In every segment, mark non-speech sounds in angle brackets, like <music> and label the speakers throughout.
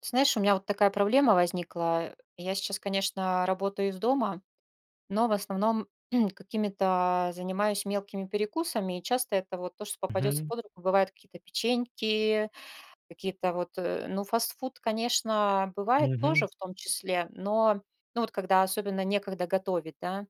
Speaker 1: Ты знаешь, у меня вот такая проблема возникла. Я сейчас, конечно, работаю из дома, но в основном <clears throat> какими-то занимаюсь мелкими перекусами, и часто это вот то, что попадется
Speaker 2: Мгм,
Speaker 1: под руку, бывают какие-то печеньки, какие-то вот, ну, фастфуд, конечно, бывает тоже
Speaker 2: мгм.
Speaker 1: в том числе, но, ну, вот когда особенно некогда готовить, да,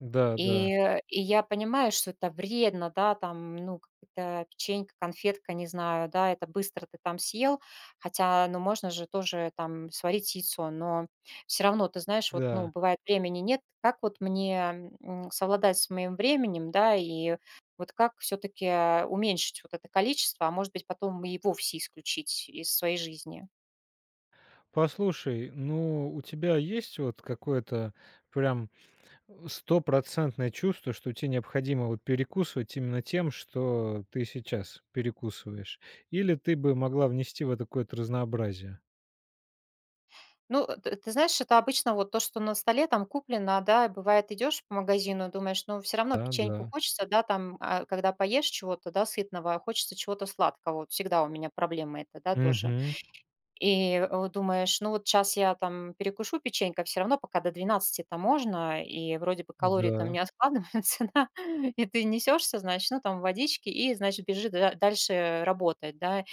Speaker 2: Да, да,
Speaker 1: и, и я понимаю, что это вредно, да, там, ну, какая-то печенька, конфетка, не знаю, да, это быстро ты там съел, хотя, ну, можно же тоже там сварить яйцо, но все равно, ты знаешь, вот, ну,
Speaker 2: да.
Speaker 1: бывает, времени нет, как вот мне совладать с моим временем, да, и вот как все-таки уменьшить вот это количество, а может быть, потом и вовсе исключить из своей жизни.
Speaker 2: Послушай, ну, у тебя есть вот какое-то прям, стопроцентное чувство, что тебе необходимо вот перекусывать именно тем, что ты сейчас перекусываешь? Или ты бы могла внести в это какое-то разнообразие?
Speaker 1: Ну, э, т ты знаешь, это обычно вот то, что на столе там куплено, да. Бывает, идешь по магазину, думаешь, ну, все равно
Speaker 2: Да,
Speaker 1: печеньку
Speaker 2: да.
Speaker 1: хочется, да, там, а, когда поешь чего-то, да, сытного, а хочется чего-то сладкого. Вот всегда у меня проблема это, да, тоже.
Speaker 2: Мгм.
Speaker 1: И, вот думаешь, ну, вот сейчас я там перекушу печенькой, все равно пока до 12 то можно, и вроде бы калории там
Speaker 2: Да,
Speaker 1: не откладываются, <laughs> да. И ты несешься, значит, ну, там водички и, значит, бежишь да дальше работать, да.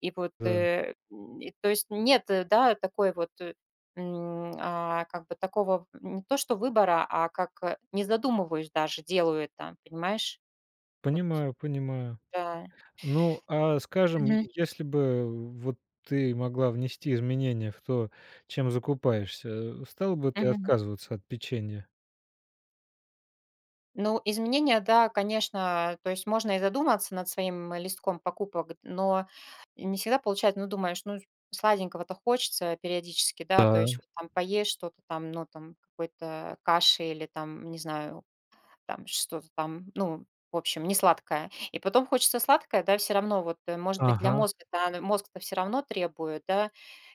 Speaker 1: И вот,
Speaker 2: да.
Speaker 1: и то есть нет, да, такой вот, а, как бы такого не то что выбора, а как, не задумываюсь даже, делаю это, понимаешь? Вот,
Speaker 2: Понимаю, понимаю.
Speaker 1: да.
Speaker 2: Ну, а скажем,
Speaker 1: Мгм.
Speaker 2: если бы вот ты могла внести изменения в то, чем закупаешься, стала бы ты
Speaker 1: Мгм.
Speaker 2: отказываться от печенья?
Speaker 1: Ну, изменения, да, конечно, то есть можно и задуматься над своим листком покупок, но не всегда получается, ну, думаешь, ну, сладенького-то хочется периодически, да, то есть
Speaker 2: Да.
Speaker 1: вот там поесть что-то там, ну, там, какой-то каши или там, не знаю, там что-то там, ну, в общем, не сладкое, и потом хочется сладкое, да, все равно вот, может быть, для
Speaker 2: Ага,
Speaker 1: мозга-то мозг-то все равно требует, да.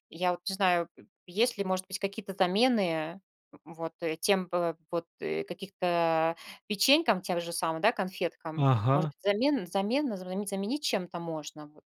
Speaker 1: Я вот не знаю, п есть ли, может быть, какие-то замены, вот, тем, вот, каких-то печенькам тем же самым, да, конфеткам. Может
Speaker 2: ага.
Speaker 1: быть, замен замена заменить заменить чем-то можно, вот,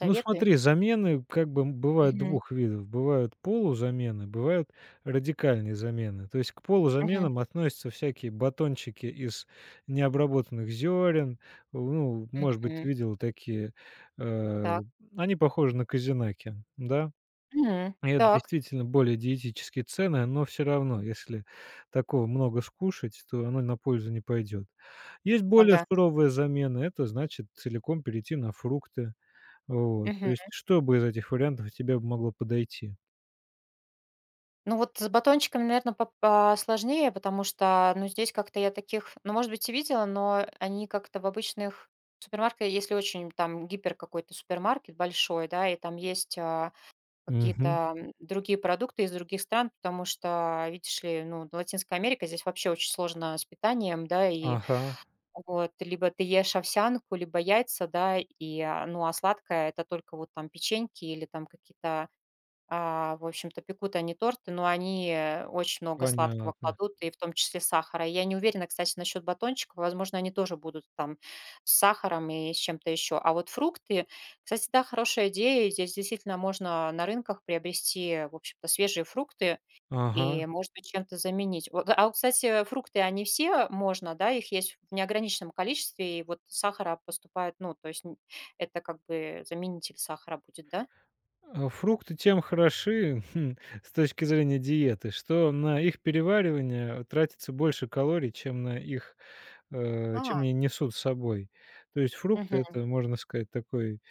Speaker 2: Ну, смотри, замены как бы бывают
Speaker 1: Мгм.
Speaker 2: двух видов. Бывают полузамены, бывают радикальные замены. То есть к
Speaker 1: Мгм.
Speaker 2: полузаменам относятся всякие батончики из необработанных зерен. Ну, может быть, ты
Speaker 1: Мгм.
Speaker 2: видела такие, э,
Speaker 1: Так.
Speaker 2: они похожи на козинаки, да?
Speaker 1: Мгм.
Speaker 2: И это
Speaker 1: Так.
Speaker 2: действительно более диетические цены, но все равно, если такого много скушать, то оно на пользу не пойдет. Есть более
Speaker 1: Ага.
Speaker 2: суровая замены, это значит целиком перейти на фрукты. Вот, то
Speaker 1: Мгм.
Speaker 2: есть что бы из этих вариантов тебе бы могло подойти?
Speaker 1: Ну, вот с батончиками, наверное, сложнее, потому что, ну, здесь как-то я таких, ну, может быть, и видела, но они как-то в обычных супермаркетах, если очень там гипер какой-то супермаркет большой, да, и там есть, а,
Speaker 2: Мгм.
Speaker 1: какие-то, другие продукты из других стран, потому что, видишь ли, ну, вот Латинская Америка, здесь вообще очень сложно с питанием, да, и
Speaker 2: Ага,
Speaker 1: вот либо ты ешь овсянку, либо яйца, да, и, а, ну, а сладкое — это только вот там печеньки или там какие-то а, в общем-то, пекут они торты, но они, очень много сладкого
Speaker 2: понятно.
Speaker 1: кладут, и в том числе сахара. Я не уверена, кстати, насчет батончиков. Возможно, они тоже будут там с сахаром и с чем-то еще. А вот фрукты, кстати, да, хорошая идея. Здесь действительно можно на рынках приобрести, в общем-то, свежие фрукты
Speaker 2: Ага.
Speaker 1: и, может быть, чем-то заменить. Вот, а вот, кстати, фрукты, они все можно, да, их есть в неограниченном количестве, и вот сахара поступает, ну, то есть это как бы заменитель сахара будет, да?
Speaker 2: А фрукты тем хороши, <laughs> хм, с точки зрения диеты, что на их переваривание тратится больше калорий, чем на их
Speaker 1: А,
Speaker 2: чем они несут с собой. То есть фрукты-
Speaker 1: мгм.
Speaker 2: это, можно сказать, такой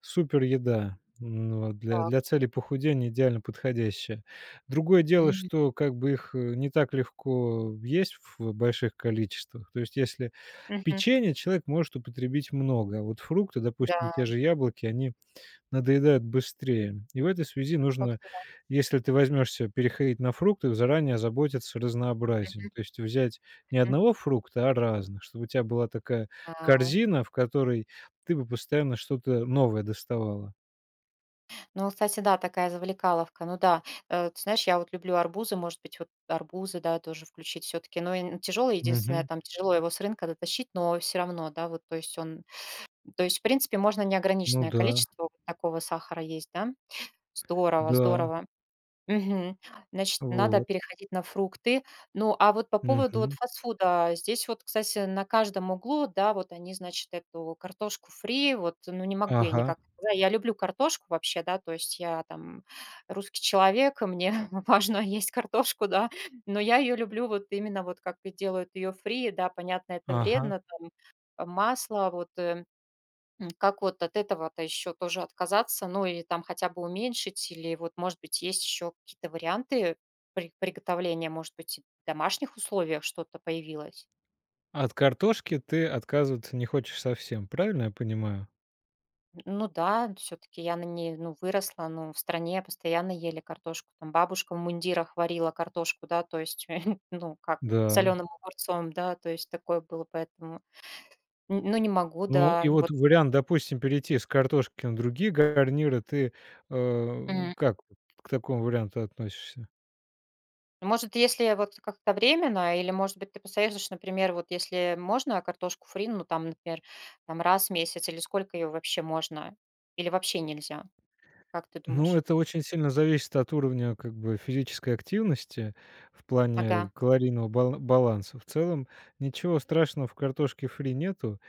Speaker 2: супер еда, м, ну, вот, для
Speaker 1: Так.
Speaker 2: целей похудения идеально подходящая. Другое дело,
Speaker 1: Мгм.
Speaker 2: что как бы их, не так легко есть в больших количествах. То есть если
Speaker 1: Мгм.
Speaker 2: печенье человек может употребить много, а вот фрукты, допустим, те
Speaker 1: Да,
Speaker 2: же яблоки, они надоедают быстрее. И в этой связи нужно,
Speaker 1: как-то да.
Speaker 2: если ты возьмешься переходить на фрукты, заранее заботиться разнообразием. То есть взять не
Speaker 1: Мгм.
Speaker 2: одного фрукта, а разных, чтобы у тебя была такая
Speaker 1: А,
Speaker 2: корзина, в которой ты бы постоянно что-то новое доставала.
Speaker 1: ну, кстати, да, такая завлекаловка. Ну да, ты знаешь, я вот люблю арбузы, может быть, вот арбузы, да, тоже включить все-таки. Но и тяжелый, единственное,
Speaker 2: Мгм.
Speaker 1: там тяжело его с рынка дотащить, но все равно, да, вот, то есть он, то есть, в принципе, можно
Speaker 2: Ну
Speaker 1: неограниченное
Speaker 2: да,
Speaker 1: количество вот такого сахара есть, да? Здорово,
Speaker 2: да,
Speaker 1: здорово. Мгм. Значит, надо
Speaker 2: вот.
Speaker 1: переходить на фрукты. Ну, а вот по поводу вот
Speaker 2: Мгм.
Speaker 1: фастфуда, здесь вот, кстати, на каждом углу, да, вот они, значит, эту картошку фри, вот, ну, не могу я
Speaker 2: Ага,
Speaker 1: никак, да, я люблю картошку вообще, да, то есть я там русский человек, и мне <laughs> важно есть картошку, да, но я ее люблю вот именно вот как и делают ее фри, да, понятно, это
Speaker 2: ага.
Speaker 1: вредно, там, масло, вот. Как вот от этого-то еще тоже отказаться, ну или там хотя бы уменьшить, или вот, может быть, есть еще какие-то варианты приготовления, может быть, и в домашних условиях что-то появилось?
Speaker 2: От картошки ты отказываться не хочешь совсем, правильно я понимаю?
Speaker 1: Ну да, все-таки я на ней ну, выросла, ну, в стране постоянно ели картошку. Там бабушка в мундирах варила картошку, да, то есть, <laughs> ну, как
Speaker 2: Да.
Speaker 1: соленым огурцом, да, то есть такое было, поэтому, ну, не могу,
Speaker 2: Ну,
Speaker 1: да,
Speaker 2: и вот
Speaker 1: вот.
Speaker 2: вариант, допустим, перейти с картошки на другие гарниры. Ты, э, как вот к такому варианту относишься?
Speaker 1: Может, если вот как-то временно, или, может быть, ты посоветуешь, например, вот если можно картошку фри, ну, там, например, там раз в месяц, или сколько ее вообще можно, или вообще нельзя? Как ты
Speaker 2: Ну,
Speaker 1: думаешь?
Speaker 2: это очень сильно зависит от уровня, как бы, физической активности в плане
Speaker 1: Ага.
Speaker 2: калорийного баланса. В целом ничего страшного в картошке фри нету.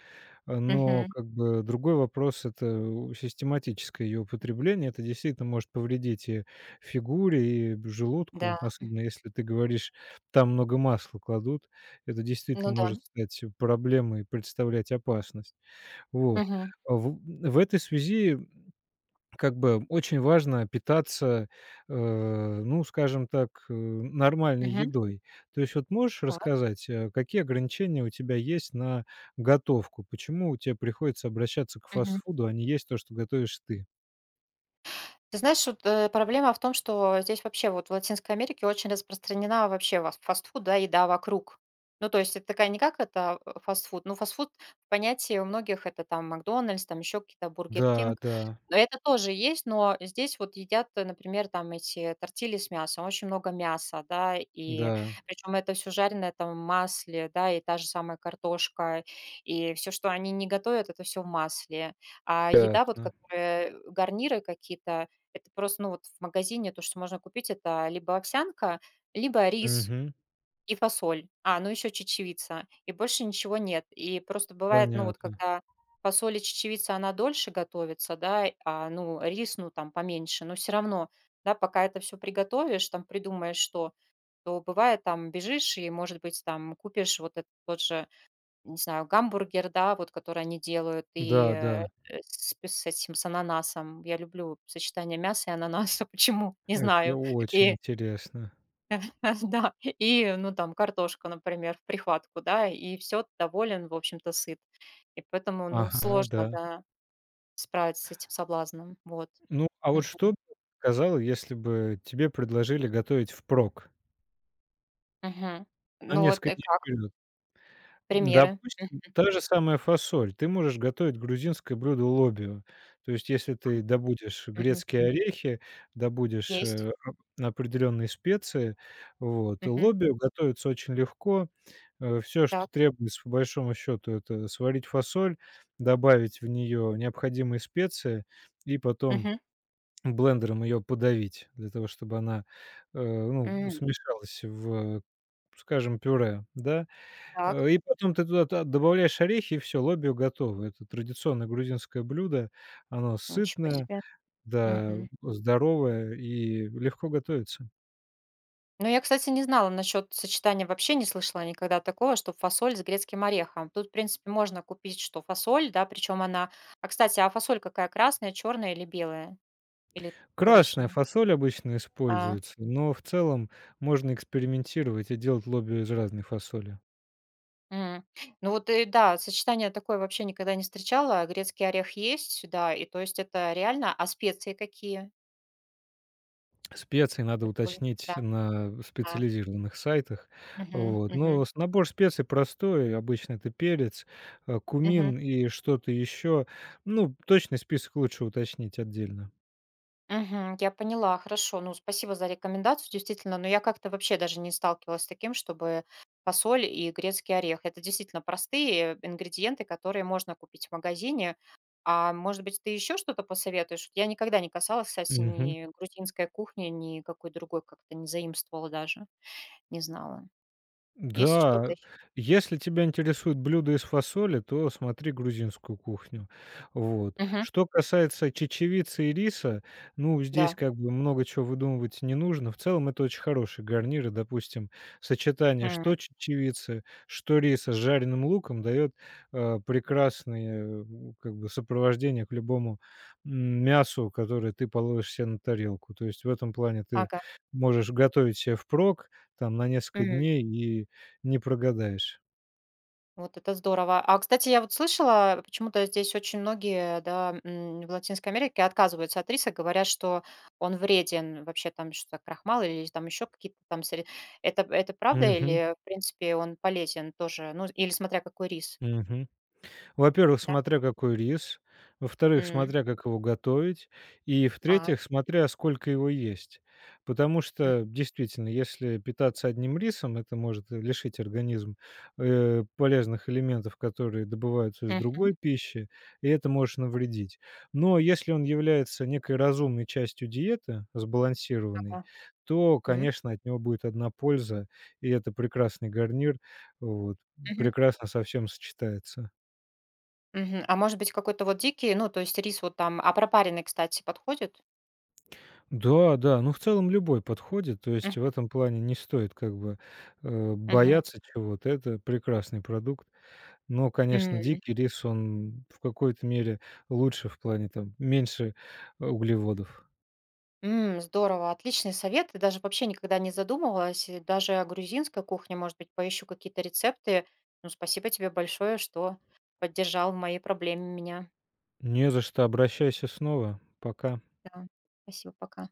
Speaker 2: А, но
Speaker 1: Мгм.
Speaker 2: как бы другой вопрос- это, систематическое её употребление. Это действительно может повредить и фигуре, и б
Speaker 1: Да.
Speaker 2: желудку, особенно если ты говоришь, там много масла кладут. Это
Speaker 1: Ну
Speaker 2: действительно
Speaker 1: да.
Speaker 2: может стать проблемой и представлять опасность. Вот.
Speaker 1: Мгм.
Speaker 2: А В в этой связи как бы очень важно питаться, ну, скажем так, нормальной
Speaker 1: Мгм.
Speaker 2: едой. То есть вот можешь
Speaker 1: Так.
Speaker 2: рассказать, какие ограничения у тебя есть на готовку? Почему тебе приходится обращаться к
Speaker 1: Мгм.
Speaker 2: фастфуду, а не есть то, что готовишь ты?
Speaker 1: Ты знаешь, вот, проблема в том, что здесь вообще вот в Латинской Америке очень распространена вообще вас фастфуд, да, еда вокруг. Ну, то есть это такая не как это фастфуд, ну, фастфуд в понятии у многих это там «Макдональдс», там еще какие-то, «Бургер
Speaker 2: Да,
Speaker 1: Кинг».
Speaker 2: да,
Speaker 1: Но это тоже есть, но здесь вот едят, например, там эти тортили с мясом, очень много мяса, да, и
Speaker 2: да,
Speaker 1: причем это все жареное там в масле, да, и та же самая картошка, и все, что они не готовят, это все в масле. А еда, вот
Speaker 2: ясно.
Speaker 1: которая, гарниры какие-то, это просто, ну, вот в магазине то, что можно купить, это либо овсянка, либо рис
Speaker 2: Мгм.
Speaker 1: и фасоль. А, ну, еще чечевица. И больше ничего нет. И просто бывает, ну, вот
Speaker 2: Понятно.
Speaker 1: когда фасоль и чечевица, она дольше готовится, да, а, ну, рис, ну, там, поменьше, но все равно, да, пока это все приготовишь, там, придумаешь что, то бывает, там, бежишь и, может быть, там, купишь вот этот тот же не знаю, гамбургер, да, вот который они делают, и,
Speaker 2: Да, да,
Speaker 1: с п с этим, с ананасом. Я люблю сочетание мяса и ананаса, <laughs> почему, не
Speaker 2: это
Speaker 1: знаю.
Speaker 2: очень
Speaker 1: И
Speaker 2: интересно.
Speaker 1: <laughs> да, и, ну, там картошка, например, в прихватку, да, и все. Доволен, в общем-то, сыт. И поэтому, ну,
Speaker 2: Ага, да.
Speaker 1: сложно, да, справиться с этим соблазном. Вот.
Speaker 2: Ну, а вот
Speaker 1: Мгм,
Speaker 2: что бы ты сказала, если бы тебе предложили готовить впрок
Speaker 1: мгм.
Speaker 2: на
Speaker 1: Ну, вот
Speaker 2: несколько
Speaker 1: и
Speaker 2: дней
Speaker 1: как?
Speaker 2: вперед?
Speaker 1: Примеры?
Speaker 2: Допустим, та же самая фасоль. Ты можешь готовить грузинское блюдо лобио. То есть, если ты
Speaker 1: Мгм,
Speaker 2: добудешь
Speaker 1: мгм.
Speaker 2: грецкие орехи, добудешь,
Speaker 1: Есть.
Speaker 2: э, оп определенные специи, вот,
Speaker 1: Мгм.
Speaker 2: лобио готовится очень легко. Все, что
Speaker 1: Так.
Speaker 2: требуется, по большому счету, это сварить фасоль, добавить в нее необходимые специи и потом
Speaker 1: Мгм.
Speaker 2: блендером ее подавить для того, чтобы она, ну,
Speaker 1: М,
Speaker 2: смешалась в, скажем, пюре, да.
Speaker 1: так.
Speaker 2: И потом ты туда та добавляешь орехи, и все лобио готово. Это традиционное грузинское блюдо. Оно
Speaker 1: Ничего
Speaker 2: сытное,
Speaker 1: себе.
Speaker 2: да,
Speaker 1: Мгм.
Speaker 2: здоровое и легко готовится.
Speaker 1: Ну, я, кстати, не знала насчет сочетания, вообще не слышала никогда такого, что фасоль с грецким орехом. Тут, в принципе, можно купить, что фасоль, да, причем она. А, кстати, а фасоль какая, красная, черная или белая? Или
Speaker 2: Красная
Speaker 1: коричневая?
Speaker 2: фасоль обычно
Speaker 1: А,
Speaker 2: используется, но в целом можно экспериментировать и делать лобио из разной фасоли.
Speaker 1: м. Ну вот, и да, сочетание такое вообще никогда не встречала. Грецкий орех есть, сюда, и то есть это реально. А специи какие?
Speaker 2: Специи надо
Speaker 1: Вот,
Speaker 2: уточнить
Speaker 1: да,
Speaker 2: на
Speaker 1: да.
Speaker 2: специализированных сайтах.
Speaker 1: Мгм,
Speaker 2: Вот.
Speaker 1: мгм,
Speaker 2: Но с набор специй простой. Обычно это перец,
Speaker 1: мгм.
Speaker 2: кумин и что-то еще. Ну, точный список лучше уточнить отдельно.
Speaker 1: Мгм. Я поняла, хорошо. Ну, спасибо за рекомендацию, действительно. Но я как-то вообще даже не сталкивалась с таким, чтобы фасоль и грецкий орех. Это действительно простые ингредиенты, которые можно купить в магазине. А может быть, ты еще что-то посоветуешь? Вот, я никогда не касалась, кстати,
Speaker 2: Мгм.
Speaker 1: ни грузинской кухни, ни какой другой, как-то не заимствовала даже, не знала. Есть что-то
Speaker 2: Да,
Speaker 1: еще?
Speaker 2: если тебя интересуют блюда из фасоли, то смотри грузинскую кухню. Вот. Что касается чечевицы и риса, ну, здесь
Speaker 1: Да.
Speaker 2: как бы много чего выдумывать не нужно. В целом это очень хорошие гарниры, допустим, сочетание
Speaker 1: М,
Speaker 2: что чечевицы, что риса с жареным луком дает прекрасное как бы сопровождение к любому м, мясу, которое ты положишь себе на тарелку. То есть в этом плане ты
Speaker 1: Ага.
Speaker 2: можешь готовить себе впрок, там на несколько дней и не прогадаешь.
Speaker 1: Вот это здорово. А, кстати, я вот слышала, почему-то здесь очень многие, да, в Латинской Америке отказываются от риса, говорят, что он вреден, вообще там что-то крахмал или там еще какие-то там сырья. Это правда
Speaker 2: Мгм,
Speaker 1: или, в принципе, он полезен тоже? Ну, или смотря какой рис,
Speaker 2: мгм. Во-первых,
Speaker 1: да?
Speaker 2: смотря какой рис, во-вторых,
Speaker 1: М,
Speaker 2: смотря как его готовить, и
Speaker 1: А,
Speaker 2: в-третьих, смотря сколько его есть. Потому
Speaker 1: м,
Speaker 2: что, действительно, если питаться одним рисом, это может лишить организм, полезных элементов, которые добываются из
Speaker 1: мгм,
Speaker 2: другой пищи, и это может навредить. Но если он является некой разумной частью диеты, сбалансированной,
Speaker 1: ага,
Speaker 2: то,
Speaker 1: м,
Speaker 2: конечно, от него будет одна польза, и это прекрасный гарнир, вот,
Speaker 1: мгм,
Speaker 2: прекрасно со всем сочетается.
Speaker 1: мгм. А может быть, какой-то вот дикий, ну, то есть рис вот там, а пропаренный, кстати, подходит?
Speaker 2: Да, да, ну, в целом любой подходит. То есть в
Speaker 1: Мгм,
Speaker 2: этом плане не стоит как бы,
Speaker 1: мгм.
Speaker 2: бояться чего-то. Это прекрасный продукт. Но, конечно,
Speaker 1: М.
Speaker 2: дикий рис, он в какой-то мере лучше в плане там меньше углеводов.
Speaker 1: М, здорово, отличный совет. Я даже вообще никогда не задумывалась, и даже о грузинской кухне, может быть, поищу какие-то рецепты. Ну, спасибо тебе большое, что поддержал в моей проблеме меня.
Speaker 2: Не за что, обращайся снова. Пока.
Speaker 1: Да. Спасибо, пока.